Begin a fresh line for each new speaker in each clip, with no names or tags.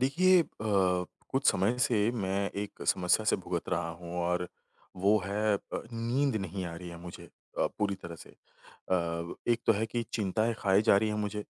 देखिए कुछ समय से मैं एक समस्या से भुगत रहा हूँ और वो है नींद नहीं आ रही है मुझे पूरी तरह से। एक तो है कि चिंताएँ खाए जा रही हैं मुझे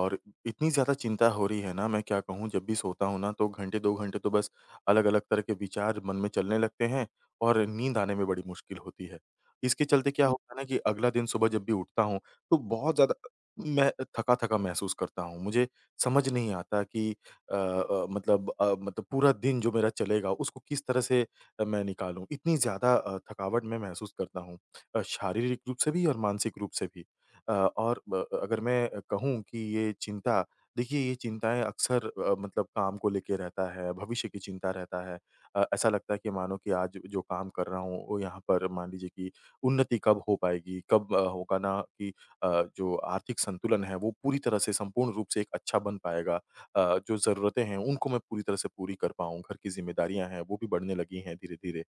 और इतनी ज़्यादा चिंता हो रही है ना मैं क्या कहूँ जब भी सोता हूँ ना तो घंटे 2 घंटे तो बस अलग-अलग तरह के विचार मन में चलने लगते हैं और नींद आने में बड़ी मुश्किल होती है। इसके चलते क्या होता है ना कि अगला दिन सुबह जब भी उठता हूँ तो बहुत ज़्यादा मैं थका-थका महसूस करता हूँ। मुझे समझ नहीं आता कि मतलब पूरा दिन जो मेरा चलेगा उसको किस तरह से मैं निकालूँ? इतनी ज़्यादा थकावट मैं महसूस करता हूँ शारीरिक रूप से भी और मानसिक रूप से भी। अ, और ब अगर मैं कहूँ कि ये चिंता देखिए ये चिंताएँ अक्सर मतलब काम को लेके रहता है, भविष्य की चिंता रहता है। ऐसा लगता है कि मानो कि आज जो काम कर रहा हूँ वो यहाँ पर मान लीजिए कि उन्नति कब हो पाएगी? कब होगा ना कि जो आर्थिक संतुलन है वो पूरी तरह से संपूर्ण रूप से एक अच्छा बन पाएगा? जो ज़रूरतें हैं उनको मैं पूरी तरह से पूरी कर पाऊँ। घर की ज़िम्मेदारियाँ हैं वो भी बढ़ने लगी हैं धीरे-धीरे।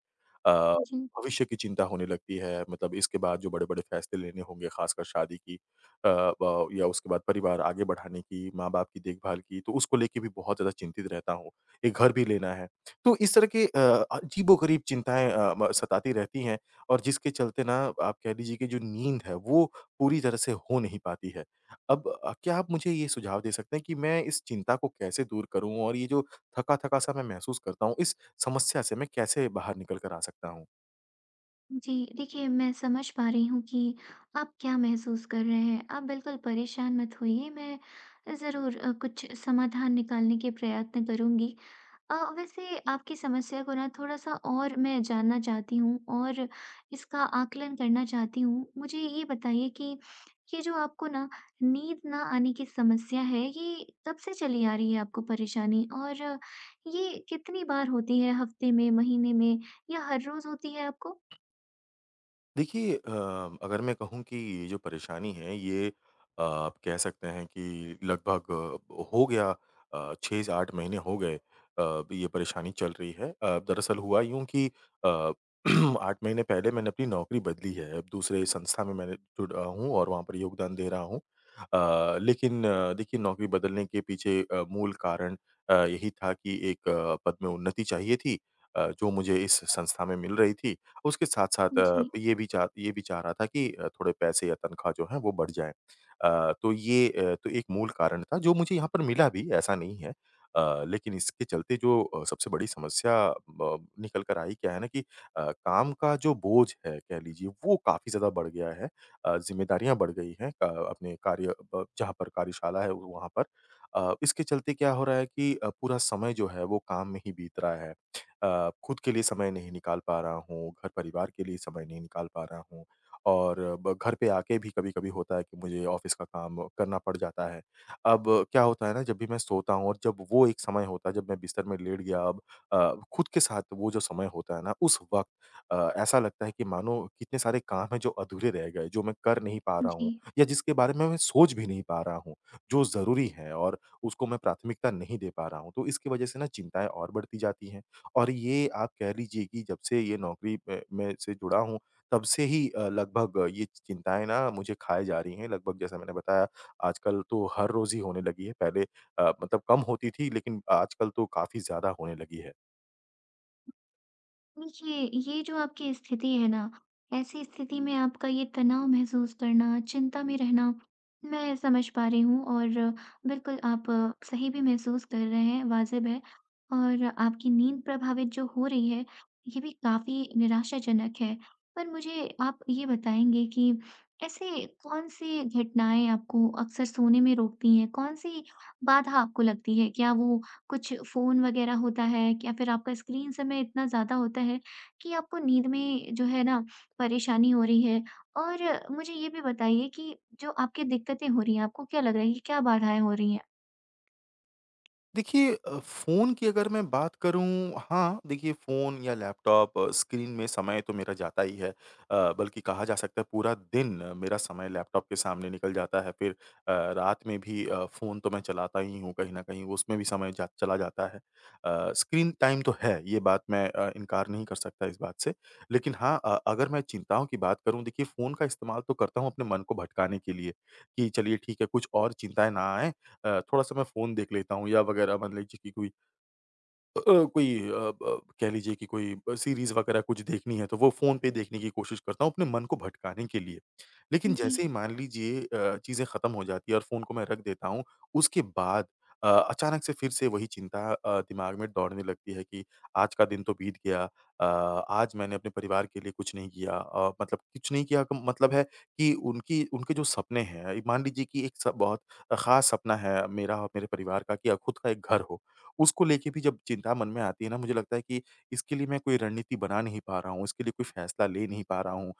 अ,
जी।
भविष्य की चिंता होने लगती है मतलब इसके बाद जो बड़े-बड़े फैसले लेने होंगे ख़ासकर शादी की अ, ब या उसके बाद परिवार आगे बढ़ाने की, माँ-बाप की देखभाल की, तो उसको लेके भी बहुत ज़्यादा चिंतित रहता हूँ। एक घर भी लेना है। तो इस तरह के अजीबो-गरीब चिंताएँ अ, म सताती रहती हैं और जिसके चलते ना आप कह लीजिए कि जो नींद है वो पूरी तरह से हो नहीं पाती है। अब क्या आप मुझे ये सुझाव दे सकते हैं कि मैं इस चिंता को कैसे दूर करूँ और ये जो थका-थका सा मैं महसूस करता हूँ, इस समस्या से मैं कैसे बाहर निकल कर आ सकता हूँ?
जी, देखिए मैं समझ पा रही हूँ कि आप क्या महसूस कर रहे हैं। आप बिल्कुल परेशान मत होइए, मैं ज़रूर कुछ समाधान निकालने के प्रयत्न करूँगी। वैसे आपकी समस्या को ना थोड़ा-सा और मैं जानना चाहती हूँ और इसका आकलन करना चाहती हूँ। मुझे ये बताइए कि ये जो आपको ना नींद ना आने की समस्या है, ये कब से चली आ रही है आपको परेशानी? और ये कितनी बार होती है हफ़्ते में, महीने में या हर रोज़ होती है आपको?
देखिए अगर मैं कहूँ कि ये जो परेशानी है ये आप कह सकते हैं कि लगभग अ, हो गया 6 से 8 महीने हो गए ये परेशानी चल रही है। दरअसल हुआ यूँ कि अ, 8 महीने पहले मैंने अपनी नौकरी बदली है। अब दूसरे संस्था में मैंने जुड़ा हूँ और वहाँ पर योगदान दे रहा हूँ। लेकिन देखिए नौकरी बदलने के पीछे मूल कारण यही था कि एक पद में उन्नति चाहिए थी जो मुझे इस संस्था में मिल रही थी। उसके साथ-साथ
जी,
ये भी चाह रहा था कि थोड़े पैसे या तनख्वाह जो है वो बढ़ जाए। तो एक मूल कारण था जो मुझे यहाँ पर मिला भी ऐसा नहीं है। लेकिन इसके चलते जो सबसे बड़ी समस्या ब निकल कर आई क्या है ना कि काम का जो बोझ है कह लीजिए वो काफ़ी ज़्यादा बढ़ गया है। ज़िम्मेदारियाँ बढ़ गई हैं अपने कार्य ब जहाँ पर कार्यशाला है वहाँ पर। इसके चलते क्या हो रहा है कि पूरा समय जो है वो काम में ही बीत रहा है। खुद के लिए समय नहीं निकाल पा रहा हूँ, घर परिवार के लिए समय नहीं निकाल पा रहा हूँ और ब घर पे आके भी कभी-कभी होता है कि मुझे ऑफ़िस का काम करना पड़ जाता है। अब क्या होता है ना जब भी मैं सोता हूँ और जब वो एक समय होता है जब मैं बिस्तर में लेट गया अब खुद के साथ वो जो समय होता है ना उस वक़्त ऐसा लगता है कि मानो कितने सारे काम हैं जो अधूरे रह गए, जो मैं कर नहीं पा रहा
जी।
हूँ या जिसके बारे में मैं सोच भी नहीं पा रहा हूँ, जो ज़रूरी है और उसको मैं प्राथमिकता नहीं दे पा रहा हूँ। तो इसकी वज़ह से ना चिंताएँ और बढ़ती जाती हैं। और ये आप कह लीजिए कि जब से ये नौकरी में से जुड़ा हूँ, तब से ही लगभग ये चिंताएँ ना मुझे खाए जा रही हैं। लगभग जैसा मैंने बताया आजकल तो हर रोज़ ही होने लगी है। पहले मतलब कम होती थी लेकिन आजकल तो काफ़ी ज़्यादा होने लगी है।
देखिए, ये जो आपकी स्थिति है ना, ऐसी स्थिति में आपका ये तनाव महसूस करना, चिंता में रहना, मैं समझ पा रही हूँ और बिल्कुल आप सही भी महसूस कर रहे हैं, वाजिब है। और आपकी नींद प्रभावित जो हो रही है, ये भी काफ़ी निराशाजनक है। पर मुझे आप ये बताएँगे कि ऐसे कौन-सी घटनाएँ आपको अक्सर सोने में रोकती हैं? कौन-सी बाधा आपको लगती है? क्या वो कुछ फ़ोन वगैरह होता है या फिर आपका स्क्रीन समय इतना ज़्यादा होता है कि आपको नींद में जो है ना परेशानी हो रही है? और मुझे ये भी बताइए कि जो आपकी दिक्कतें हो रही हैं, आपको क्या लग रहा है कि क्या बाधाएँ हो रही हैं?
देखिए फ़ोन की अगर मैं बात करूँ हाँ, देखिए फ़ोन या लैपटॉप स्क्रीन में समय तो मेरा जाता ही है। बल्कि कहा जा सकता है पूरा दिन मेरा समय लैपटॉप के सामने निकल जाता है। फिर रात में भी फ़ोन तो मैं चलाता ही हूँ कहीं न कहीं, उसमें भी समय जा चला जाता है। स्क्रीन टाइम तो है, ये बात मैं इनकार नहीं कर सकता इस बात से। लेकिन हाँ अगर मैं चिंताओं की बात करूँ देखिए फ़ोन का इस्तेमाल तो करता हूँ अपने मन को भटकाने के लिए, कि चलिए ठीक है कुछ और चिंताएँ ना आएँ थोड़ा-सा मैं फ़ोन देख लेता हूँ या वग़ैरह मान लीजिए कि कोई अ अ, कोई अ, ब कह लीजिए कि कोई सीरीज़ वगैरह कुछ देखनी है, तो वो फ़ोन पे देखने की कोशिश करता हूँ अपने मन को भटकाने के लिए। लेकिन
जी।
जैसे ही मान लीजिए चीज़ें ख़त्म हो जाती है और फ़ोन को मैं रख देता हूँ, उसके बाद अचानक से फिर से वही चिंता दिमाग में दौड़ने लगती है कि आज का दिन तो बीत गया अ, आज मैंने अपने परिवार के लिए कुछ नहीं किया मतलब कुछ नहीं किया का मतलब है कि उनकी उनके जो सपने हैं, मान लीजिए कि एक स बहुत ख़ास सपना है मेरा और मेरे परिवार का कि खुद का एक घर हो। उसको लेके भी जब चिंता मन में आती है ना, मुझे लगता है कि इसके लिए मैं कोई रणनीति बना नहीं पा रहा हूँ, इसके लिए कोई फैसला ले नहीं पा रहा हूँ।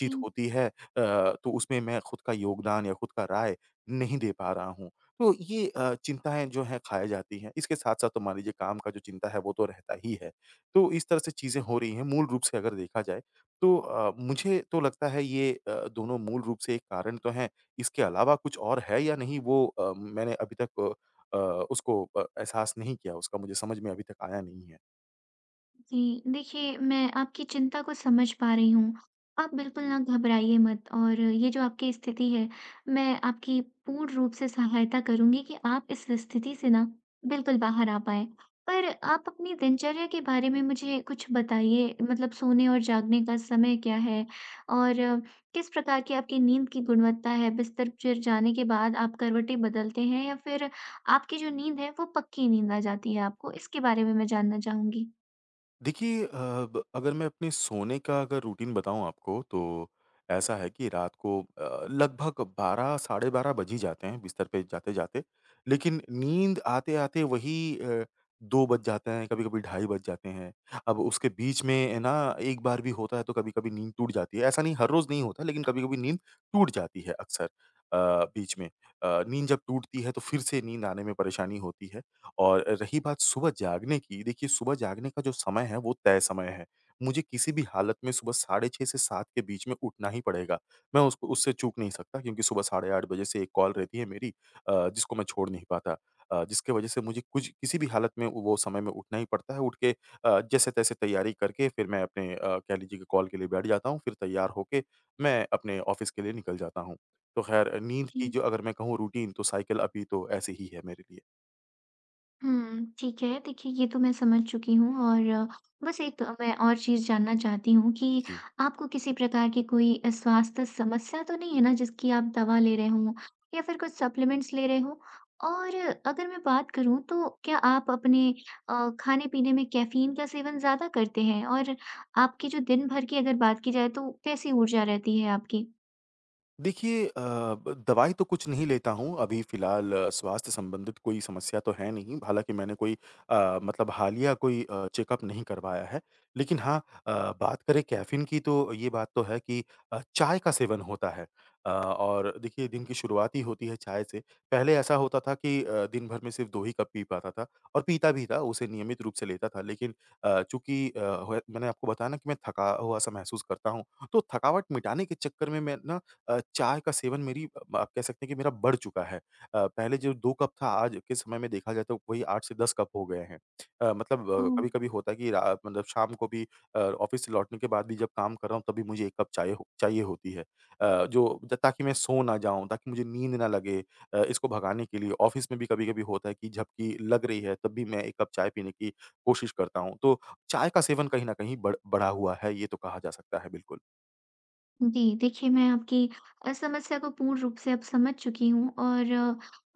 जी।
होती है तो उसमें मैं खुद का योगदान या खुद का राय नहीं दे पा रहा हूँ। तो ये चिंताएँ जो हैं खाए जाती हैं। इसके साथ-साथ तो मान लीजिए काम का जो चिंता है वो तो रहता ही है। तो इस तरह से चीज़ें हो रही हैं। मूल रूप से अगर देखा जाए तो मुझे तो लगता है ये दोनों मूल रूप से एक कारण तो हैं। इसके अलावा कुछ और है या नहीं वो अ, मैंने अभी तक अ, अ, उसको एहसास नहीं किया, उसका मुझे समझ में अभी तक आया नहीं है।
जी, देखिए मैं आपकी चिंता को समझ पा रही हूँ। आप बिल्कुल ना घबराइए मत और ये जो आपकी स्थिति है, मैं आपकी पूर्ण रूप से सहायता करूँगी कि आप इस स्थिति से ना बिल्कुल बाहर आ पाएँ। पर आप अपनी दिनचर्या के बारे में मुझे कुछ बताइए मतलब सोने और जागने का समय क्या है? और किस प्रकार की आपकी नींद की गुणवत्ता है? बिस्तर पर जाने के बाद आप करवटें बदलते हैं या फिर आपकी जो नींद है वो पक्की नींद आ जाती है आपको? इसके बारे में मैं जानना चाहूँगी।
देखिए अ, ब अगर मैं अपने सोने का अगर रूटीन बताऊँ आपको तो ऐसा है कि रात को लगभग 12 साढ़े 12 बज ही जाते हैं बिस्तर पे जाते-जाते। लेकिन नींद आते-आते वही 2 बज जाते हैं, कभी-कभी ढाई बज जाते हैं। अब उसके बीच में ना एक बार भी होता है तो कभी-कभी नींद टूट जाती है। ऐसा नहीं हर रोज़ नहीं होता लेकिन कभी-कभी नींद टूट जाती है अक्सर अ, बीच में। नींद जब टूटती है तो फिर से नींद आने में परेशानी होती है। और रही बात सुबह जागने की, देखिए सुबह जागने का जो समय है वो तय समय है। मुझे किसी भी हालत में सुबह साढ़े 6 से 7 के बीच में उठना ही पड़ेगा। मैं उसको उससे चूक नहीं सकता क्योंकि सुबह साढ़े 8 बजे से एक कॉल रहती है मेरी जिसको मैं छोड़ नहीं पाता। जिसकी वजह से मुझे कुछ किसी भी हालत में वो समय में उठना ही पड़ता है। उठ के जैसे-तैसे तैयारी करके फिर मैं अपने कह लीजिए कि कॉल के लिए बैठ जाता हूँ, फिर तैयार होके मैं अपने ऑफ़िस के लिए निकल जाता हूँ। तो ख़ैर नींद की
जी।
जो अगर मैं कहूँ रूटीन तो साइकिल अभी तो ऐसे ही है मेरे लिए।
ठीक है। देखिए, ये तो मैं समझ चुकी हूँ और बस एक मैं और चीज़ जानना चाहती हूँ कि
जी।
आपको किसी प्रकार की कोई स्वास्थ्य समस्या तो नहीं है ना, जिसकी आप दवा ले रहे हों या फिर कुछ सप्लीमेंट्स ले रहे हों? और अगर मैं बात करूँ, तो क्या आप अपने खाने-पीने में कैफ़ीन का सेवन ज़्यादा करते हैं? और आपकी जो दिन भर की अगर बात की जाए, तो कैसी ऊर्जा रहती है आपकी?
देखिए अ, ब दवाई तो कुछ नहीं लेता हूँ, अभी फ़िलहाल स्वास्थ्य संबंधित कोई समस्या तो है नहीं, हालाँकि मैंने कोई मतलब हालिया कोई चेकअप नहीं करवाया है। लेकिन हाँ अ, बात करें कैफ़ीन की तो ये बात तो है कि चाय का सेवन होता है और देखिए दिन की शुरुआत ही होती है चाय से। पहले ऐसा होता था कि दिन भर में सिर्फ़ 2 ही कप पी पाता था और पीता भी था, उसे नियमित रूप से लेता था। लेकिन अ, चूँकि अ, हो मैंने आपको बताया ना कि मैं थका हुआ-सा महसूस करता हूँ, तो थकावट मिटाने के चक्कर में मैं ना चाय का सेवन मेरी ब आप कह सकते हैं कि मेरा बढ़ चुका है। पहले जो 2 कप था आज के समय में देखा जाए तो वही 8 से 10 कप हो गए हैं।
को
कभी-कभी होता है कि रा मतलब शाम को भी ऑफ़िस से लौटने के बाद भी जब काम कर रहा हूँ तभी मुझे 1 कप चाय हो चाहिए होती है। अ, जो ज ताकि मैं सो ना जाऊँ, ताकि मुझे नींद ना लगे इसको भगाने के लिए ऑफ़िस में भी कभी-कभी होता है कि झपकी लग रही है तब भी मैं 1 कप चाय पीने की कोशिश करता हूँ। तो चाय का सेवन कहीं न कहीं बढ़ा हुआ है, ये तो कहा जा सकता है बिल्कुल।
जी, देखिए मैं आपकी समस्या को पूर्ण रूप से अब समझ चुकी हूँ और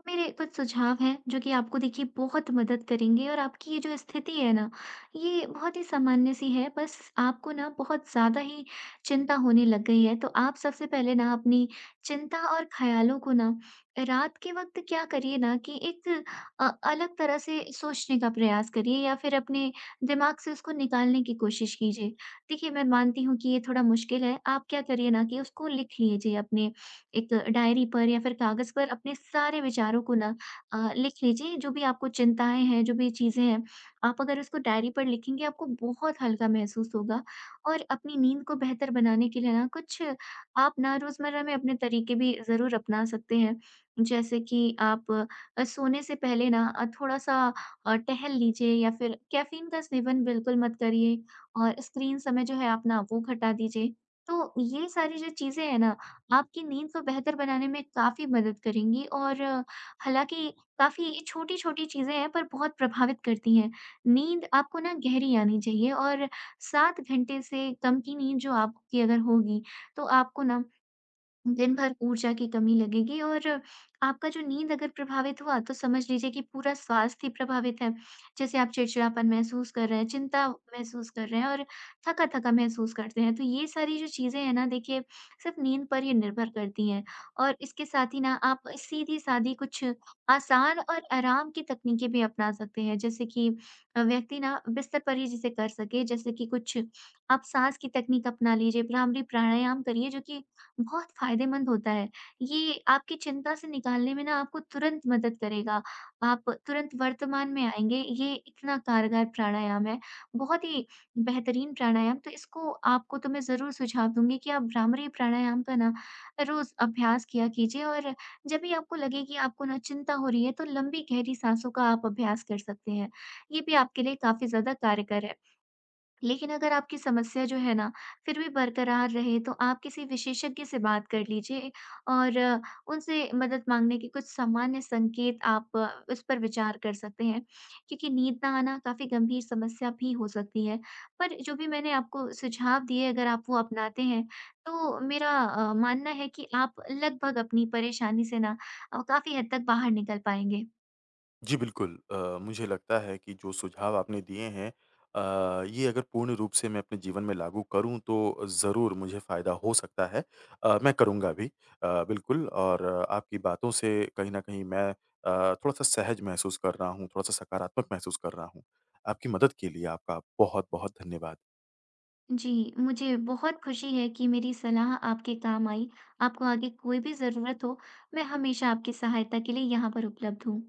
मेरे कुछ सुझाव हैं जो कि आपको देखिए बहुत मदद करेंगे और आपकी ये जो स्थिति है ना, ये बहुत ही सामान्य सी है बस आपको ना बहुत ज़्यादा ही चिंता होने लग गई है। तो आप सबसे पहले ना अपनी चिंता और ख़्यालों को ना रात के वक़्त क्या करिए ना कि एक अलग तरह से सोचने का प्रयास करिए या फिर अपने दिमाग से उसको निकालने की कोशिश कीजिए। देखिए, मैं मानती हूँ कि ये थोड़ा मुश्किल है। आप क्या करिए ना कि उसको लिख लीजिए अपने एक डायरी पर या फिर कागज़ पर अपने सारे विचारों को ना लिख लीजिए, जो भी आपको चिंताएँ हैं, जो भी चीज़ें हैं, आप अगर उसको डायरी पर लिखेंगे, आपको बहुत हल्का महसूस होगा। और अपनी नींद को बेहतर बनाने के लिए ना कुछ आप ना रोज़मर्रा में अपने तरीके भी ज़रूर अपना सकते हैं। जैसे कि आप सोने से पहले ना थोड़ा-सा टहल लीजिए या फिर कैफ़ीन का सेवन बिल्कुल मत करिए। और स्क्रीन समय जो है अपना वो घटा दीजिए। तो ये सारी जो चीज़ें हैं ना, आपकी नींद को बेहतर बनाने में काफ़ी मदद करेंगी और हालाँकि काफ़ी छोटी-छोटी चीज़ें हैं पर बहुत प्रभावित करती हैं। नींद आपको ना गहरी आनी चाहिए और 7 घंटे से कम की नींद जो आपकी अगर होगी, तो आपको ना दिन भर ऊर्जा की कमी लगेगी और आपका जो नींद अगर प्रभावित हुआ तो समझ लीजिए कि पूरा स्वास्थ्य ही प्रभावित है। जैसे आप चिड़चिड़ापन महसूस कर रहे हैं, चिंता महसूस कर रहे हैं और थका-थका महसूस करते हैं। तो ये सारी जो चीज़ें हैं ना देखिए सिर्फ़ नींद पर ही निर्भर करती हैं और इसके साथ ही ना आप सीधी-सादी कुछ आसान और आराम की तकनीकें भी अपना सकते हैं। जैसे कि व्यक्ति ना बिस्तर पर ही जिसे कर सके जैसे कि कुछ आप साँस की तकनीक अपना लीजिए, भ्रामरी प्राणायाम करिए जो कि बहुत फ़ायदेमंद होता है। ये आपकी चिंता से निकालने में ना आपको तुरंत मदद करेगा। आप तुरंत वर्तमान में आएँगे, ये इतना कारगर प्राणायाम है। बहुत ही बेहतरीन प्राणायाम तो इसको आपको तो मैं ज़रूर सुझाव दूँगी कि आप भ्रामरी प्राणायाम का ना रोज़ अभ्यास किया कीजिए और जब भी आपको लगे कि आपको ना चिंता हो रही है, तो लंबी गहरी साँसों का आप अभ्यास कर सकते हैं। ये भी आपके लिए काफ़ी ज़्यादा कारगर है। लेकिन अगर आपकी समस्या जो है ना, फिर भी बरकरार रहे, तो आप किसी विशेषज्ञ से बात कर लीजिए और उनसे मदद माँगने के कुछ सामान्य संकेत आप इस पर विचार कर सकते हैं, क्योंकि नींद ना आना काफ़ी गंभीर समस्या भी हो सकती है। पर जो भी मैंने आपको सुझाव दिए, अगर आप वो अपनाते हैं, तो मेरा मानना है कि आप लगभग अपनी परेशानी से ना काफ़ी हद तक बाहर निकल पाएँगे।
जी, बिल्कुल। मुझे लगता है कि जो सुझाव आपने दिए हैं ये अगर पूर्ण रूप से मैं अपने जीवन में लागू करूँ तो ज़रूर मुझे फ़ायदा हो सकता है। मैं करूँगा भी बिल्कुल और आपकी बातों से कहीं न कहीं मैं थोड़ा-सा सहज महसूस कर रहा हूँ, थोड़ा-सा सकारात्मक महसूस कर रहा हूँ। आपकी मदद के लिए आपका बहुत-बहुत धन्यवाद।
जी, मुझे बहुत खुशी है कि मेरी सलाह आपके काम आई। आपको आगे कोई भी ज़रूरत हो, मैं हमेशा आपकी सहायता के लिए यहाँ पर उपलब्ध हूँ।